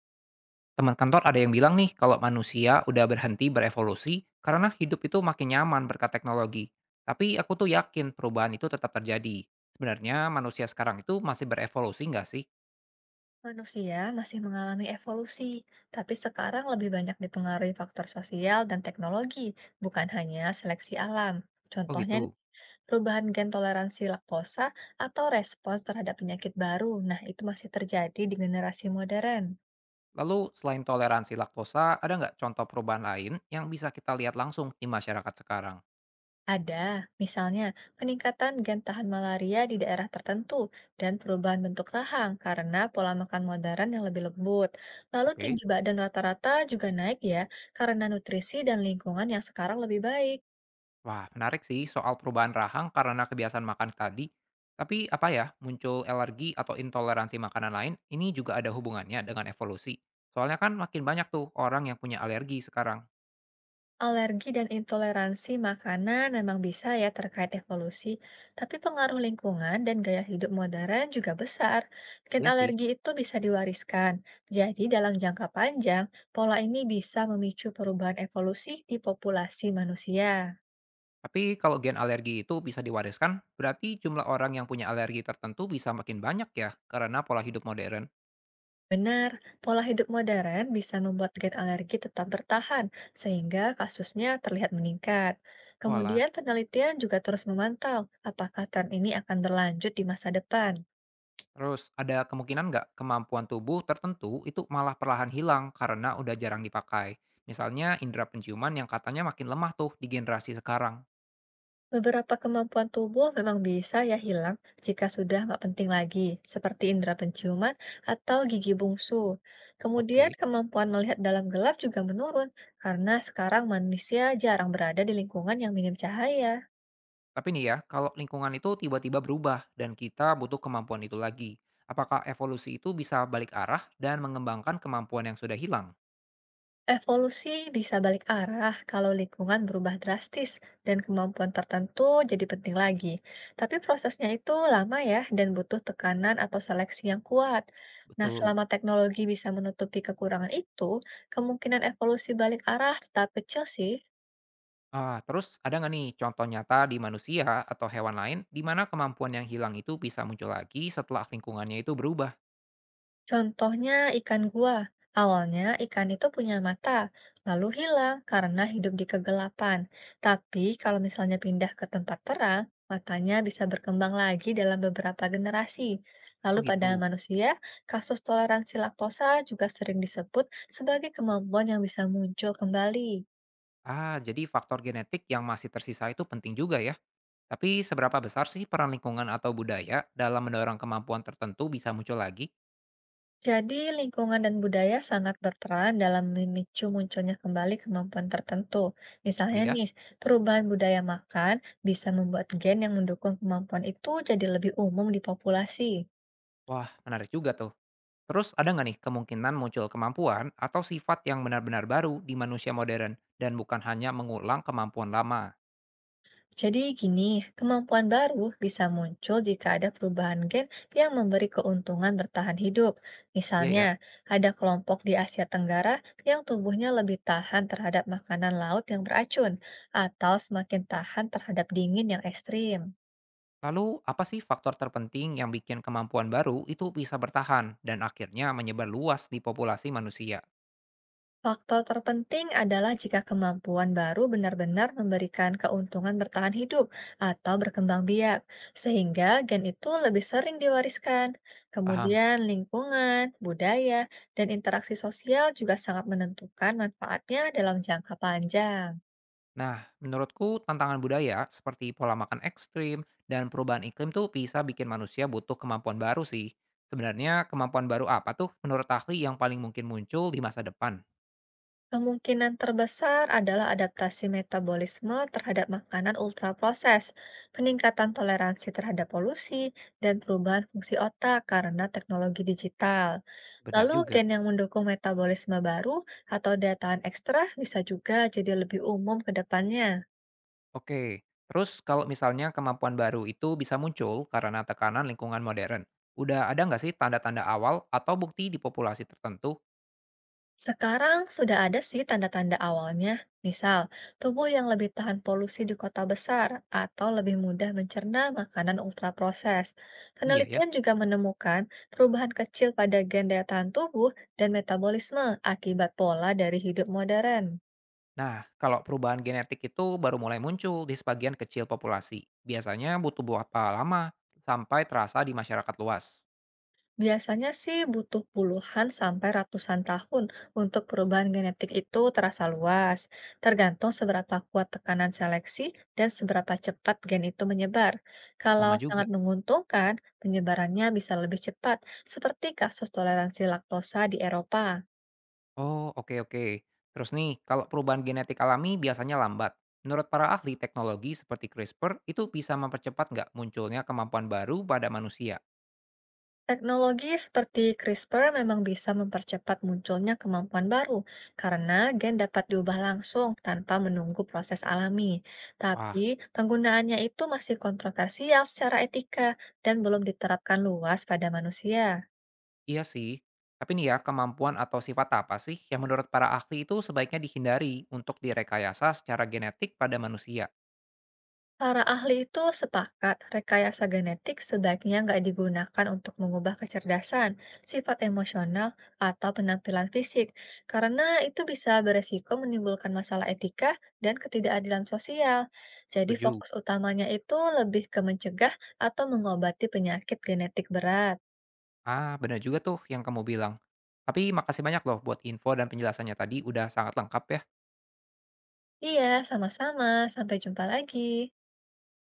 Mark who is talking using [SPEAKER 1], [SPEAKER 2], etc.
[SPEAKER 1] Teman kantor ada yang bilang nih kalau manusia udah berhenti berevolusi karena hidup itu makin nyaman berkat teknologi. Tapi aku tuh yakin perubahan itu tetap terjadi. Sebenarnya manusia sekarang itu masih berevolusi nggak sih?
[SPEAKER 2] Manusia masih mengalami evolusi, tapi sekarang lebih banyak dipengaruhi faktor sosial dan teknologi, bukan hanya seleksi alam.
[SPEAKER 1] Oh
[SPEAKER 2] Contohnya nih,
[SPEAKER 1] gitu.
[SPEAKER 2] perubahan gen toleransi laktosa atau respons terhadap penyakit baru. Nah, itu masih terjadi di generasi modern.
[SPEAKER 1] Lalu selain toleransi laktosa, ada nggak contoh perubahan lain yang bisa kita lihat langsung di masyarakat sekarang?
[SPEAKER 2] Ada, misalnya peningkatan gen tahan malaria di daerah tertentu dan perubahan bentuk rahang karena pola makan modern yang lebih lembut. Lalu
[SPEAKER 1] Oke.
[SPEAKER 2] tinggi badan rata-rata juga naik ya, karena nutrisi dan lingkungan yang sekarang lebih baik.
[SPEAKER 1] Wah, menarik sih soal perubahan rahang karena kebiasaan makan tadi. Tapi apa ya, muncul alergi atau intoleransi makanan lain, ini juga ada hubungannya dengan evolusi. Soalnya kan makin banyak tuh orang yang punya alergi sekarang.
[SPEAKER 2] Alergi dan intoleransi makanan memang bisa ya terkait evolusi, tapi pengaruh lingkungan dan gaya hidup modern juga besar. Gen
[SPEAKER 1] Iya sih.
[SPEAKER 2] alergi itu bisa diwariskan. Jadi dalam jangka panjang, pola ini bisa memicu perubahan evolusi di populasi manusia.
[SPEAKER 1] Tapi kalau gen alergi itu bisa diwariskan, berarti jumlah orang yang punya alergi tertentu bisa makin banyak ya, karena pola hidup modern.
[SPEAKER 2] Benar, pola hidup modern bisa membuat gen alergi tetap bertahan, sehingga kasusnya terlihat meningkat.
[SPEAKER 1] Walah.
[SPEAKER 2] Kemudian penelitian juga terus memantau apakah tren ini akan berlanjut di masa depan.
[SPEAKER 1] Terus ada kemungkinan nggak kemampuan tubuh tertentu itu malah perlahan hilang karena udah jarang dipakai? Misalnya indera penciuman yang katanya makin lemah tuh di generasi sekarang.
[SPEAKER 2] Beberapa kemampuan tubuh memang bisa ya hilang jika sudah nggak penting lagi, seperti indera penciuman atau gigi bungsu. Kemudian
[SPEAKER 1] Oke.
[SPEAKER 2] kemampuan melihat dalam gelap juga menurun, karena sekarang manusia jarang berada di lingkungan yang minim cahaya.
[SPEAKER 1] Tapi nih ya, kalau lingkungan itu tiba-tiba berubah dan kita butuh kemampuan itu lagi, apakah evolusi itu bisa balik arah dan mengembangkan kemampuan yang sudah hilang?
[SPEAKER 2] Evolusi bisa balik arah kalau lingkungan berubah drastis dan kemampuan tertentu jadi penting lagi. Tapi prosesnya itu lama ya dan butuh tekanan atau seleksi yang kuat. Nah,
[SPEAKER 1] Betul.
[SPEAKER 2] selama teknologi bisa menutupi kekurangan itu, kemungkinan evolusi balik arah tetap kecil sih.
[SPEAKER 1] Ah, terus ada nggak nih contoh nyata di manusia atau hewan lain di mana kemampuan yang hilang itu bisa muncul lagi setelah lingkungannya itu berubah?
[SPEAKER 2] Contohnya ikan gua. Awalnya ikan itu punya mata, lalu hilang karena hidup di kegelapan. Tapi kalau misalnya pindah ke tempat terang, matanya bisa berkembang lagi dalam beberapa generasi. Lalu
[SPEAKER 1] Oh
[SPEAKER 2] pada
[SPEAKER 1] gitu.
[SPEAKER 2] manusia, kasus toleransi laktosa juga sering disebut sebagai kemampuan yang bisa muncul kembali.
[SPEAKER 1] Ah, jadi faktor genetik yang masih tersisa itu penting juga ya. Tapi seberapa besar sih peran lingkungan atau budaya dalam mendorong kemampuan tertentu bisa muncul lagi?
[SPEAKER 2] Jadi, lingkungan dan budaya sangat berperan dalam memicu munculnya kembali kemampuan tertentu.
[SPEAKER 1] Oh
[SPEAKER 2] Misalnya
[SPEAKER 1] iya?
[SPEAKER 2] nih, perubahan budaya makan bisa membuat gen yang mendukung kemampuan itu jadi lebih umum di populasi.
[SPEAKER 1] Wah, menarik juga tuh. Terus ada nggak nih kemungkinan muncul kemampuan atau sifat yang benar-benar baru di manusia modern dan bukan hanya mengulang kemampuan lama?
[SPEAKER 2] Jadi gini, kemampuan baru bisa muncul jika ada perubahan gen yang memberi keuntungan bertahan hidup.
[SPEAKER 1] Iya
[SPEAKER 2] Misalnya,
[SPEAKER 1] ya.
[SPEAKER 2] ada kelompok di Asia Tenggara yang tubuhnya lebih tahan terhadap makanan laut yang beracun atau semakin tahan terhadap dingin yang ekstrim.
[SPEAKER 1] Lalu apa sih faktor terpenting yang bikin kemampuan baru itu bisa bertahan dan akhirnya menyebar luas di populasi manusia?
[SPEAKER 2] Faktor terpenting adalah jika kemampuan baru benar-benar memberikan keuntungan bertahan hidup atau berkembang biak, sehingga gen itu lebih sering diwariskan.
[SPEAKER 1] Paham?
[SPEAKER 2] Kemudian lingkungan, budaya, dan interaksi sosial juga sangat menentukan manfaatnya dalam jangka panjang.
[SPEAKER 1] Nah, menurutku tantangan budaya seperti pola makan ekstrim dan perubahan iklim tuh bisa bikin manusia butuh kemampuan baru sih. Sebenarnya kemampuan baru apa tuh menurut ahli yang paling mungkin muncul di masa depan?
[SPEAKER 2] Kemungkinan terbesar adalah adaptasi metabolisme terhadap makanan ultraproses, peningkatan toleransi terhadap polusi, dan perubahan fungsi otak karena teknologi digital.
[SPEAKER 1] Benar
[SPEAKER 2] Lalu,
[SPEAKER 1] juga.
[SPEAKER 2] gen yang mendukung metabolisme baru atau daya tahan ekstra bisa juga jadi lebih umum ke depannya.
[SPEAKER 1] Oke, terus kalau misalnya kemampuan baru itu bisa muncul karena tekanan lingkungan modern, udah ada nggak sih tanda-tanda awal atau bukti di populasi tertentu?
[SPEAKER 2] Sekarang sudah ada sih tanda-tanda awalnya, misal tubuh yang lebih tahan polusi di kota besar atau lebih mudah mencerna makanan ultraproses.
[SPEAKER 1] Iya ya.
[SPEAKER 2] Penelitian juga menemukan perubahan kecil pada gen daya tahan tubuh dan metabolisme akibat pola dari hidup modern.
[SPEAKER 1] Nah, kalau perubahan genetik itu baru mulai muncul di sebagian kecil populasi, biasanya butuh berapa lama sampai terasa di masyarakat luas?
[SPEAKER 2] Biasanya sih butuh puluhan sampai ratusan tahun untuk perubahan genetik itu terasa luas, tergantung seberapa kuat tekanan seleksi dan seberapa cepat gen itu menyebar. Kalau
[SPEAKER 1] Lama juga.
[SPEAKER 2] sangat menguntungkan, penyebarannya bisa lebih cepat, seperti kasus toleransi laktosa di Eropa.
[SPEAKER 1] Oh, oke oke. Terus nih, kalau perubahan genetik alami biasanya lambat, menurut para ahli teknologi seperti CRISPR, itu bisa mempercepat nggak munculnya kemampuan baru pada manusia?
[SPEAKER 2] Teknologi seperti CRISPR memang bisa mempercepat munculnya kemampuan baru karena gen dapat diubah langsung tanpa menunggu proses alami.
[SPEAKER 1] Wah,
[SPEAKER 2] Tapi penggunaannya itu masih kontroversial secara etika dan belum diterapkan luas pada manusia.
[SPEAKER 1] iya sih. Tapi nih ya, kemampuan atau sifat apa sih yang menurut para ahli itu sebaiknya dihindari untuk direkayasa secara genetik pada manusia?
[SPEAKER 2] Para ahli itu sepakat rekayasa genetik sebaiknya nggak digunakan untuk mengubah kecerdasan, sifat emosional, atau penampilan fisik, karena itu bisa beresiko menimbulkan masalah etika dan ketidakadilan sosial. Jadi
[SPEAKER 1] 7.
[SPEAKER 2] fokus utamanya itu lebih ke mencegah atau mengobati penyakit genetik berat.
[SPEAKER 1] Ah, benar juga tuh yang kamu bilang. Tapi makasih banyak loh buat info dan penjelasannya tadi, udah sangat lengkap ya.
[SPEAKER 2] Iya, sama-sama. Sampai jumpa lagi.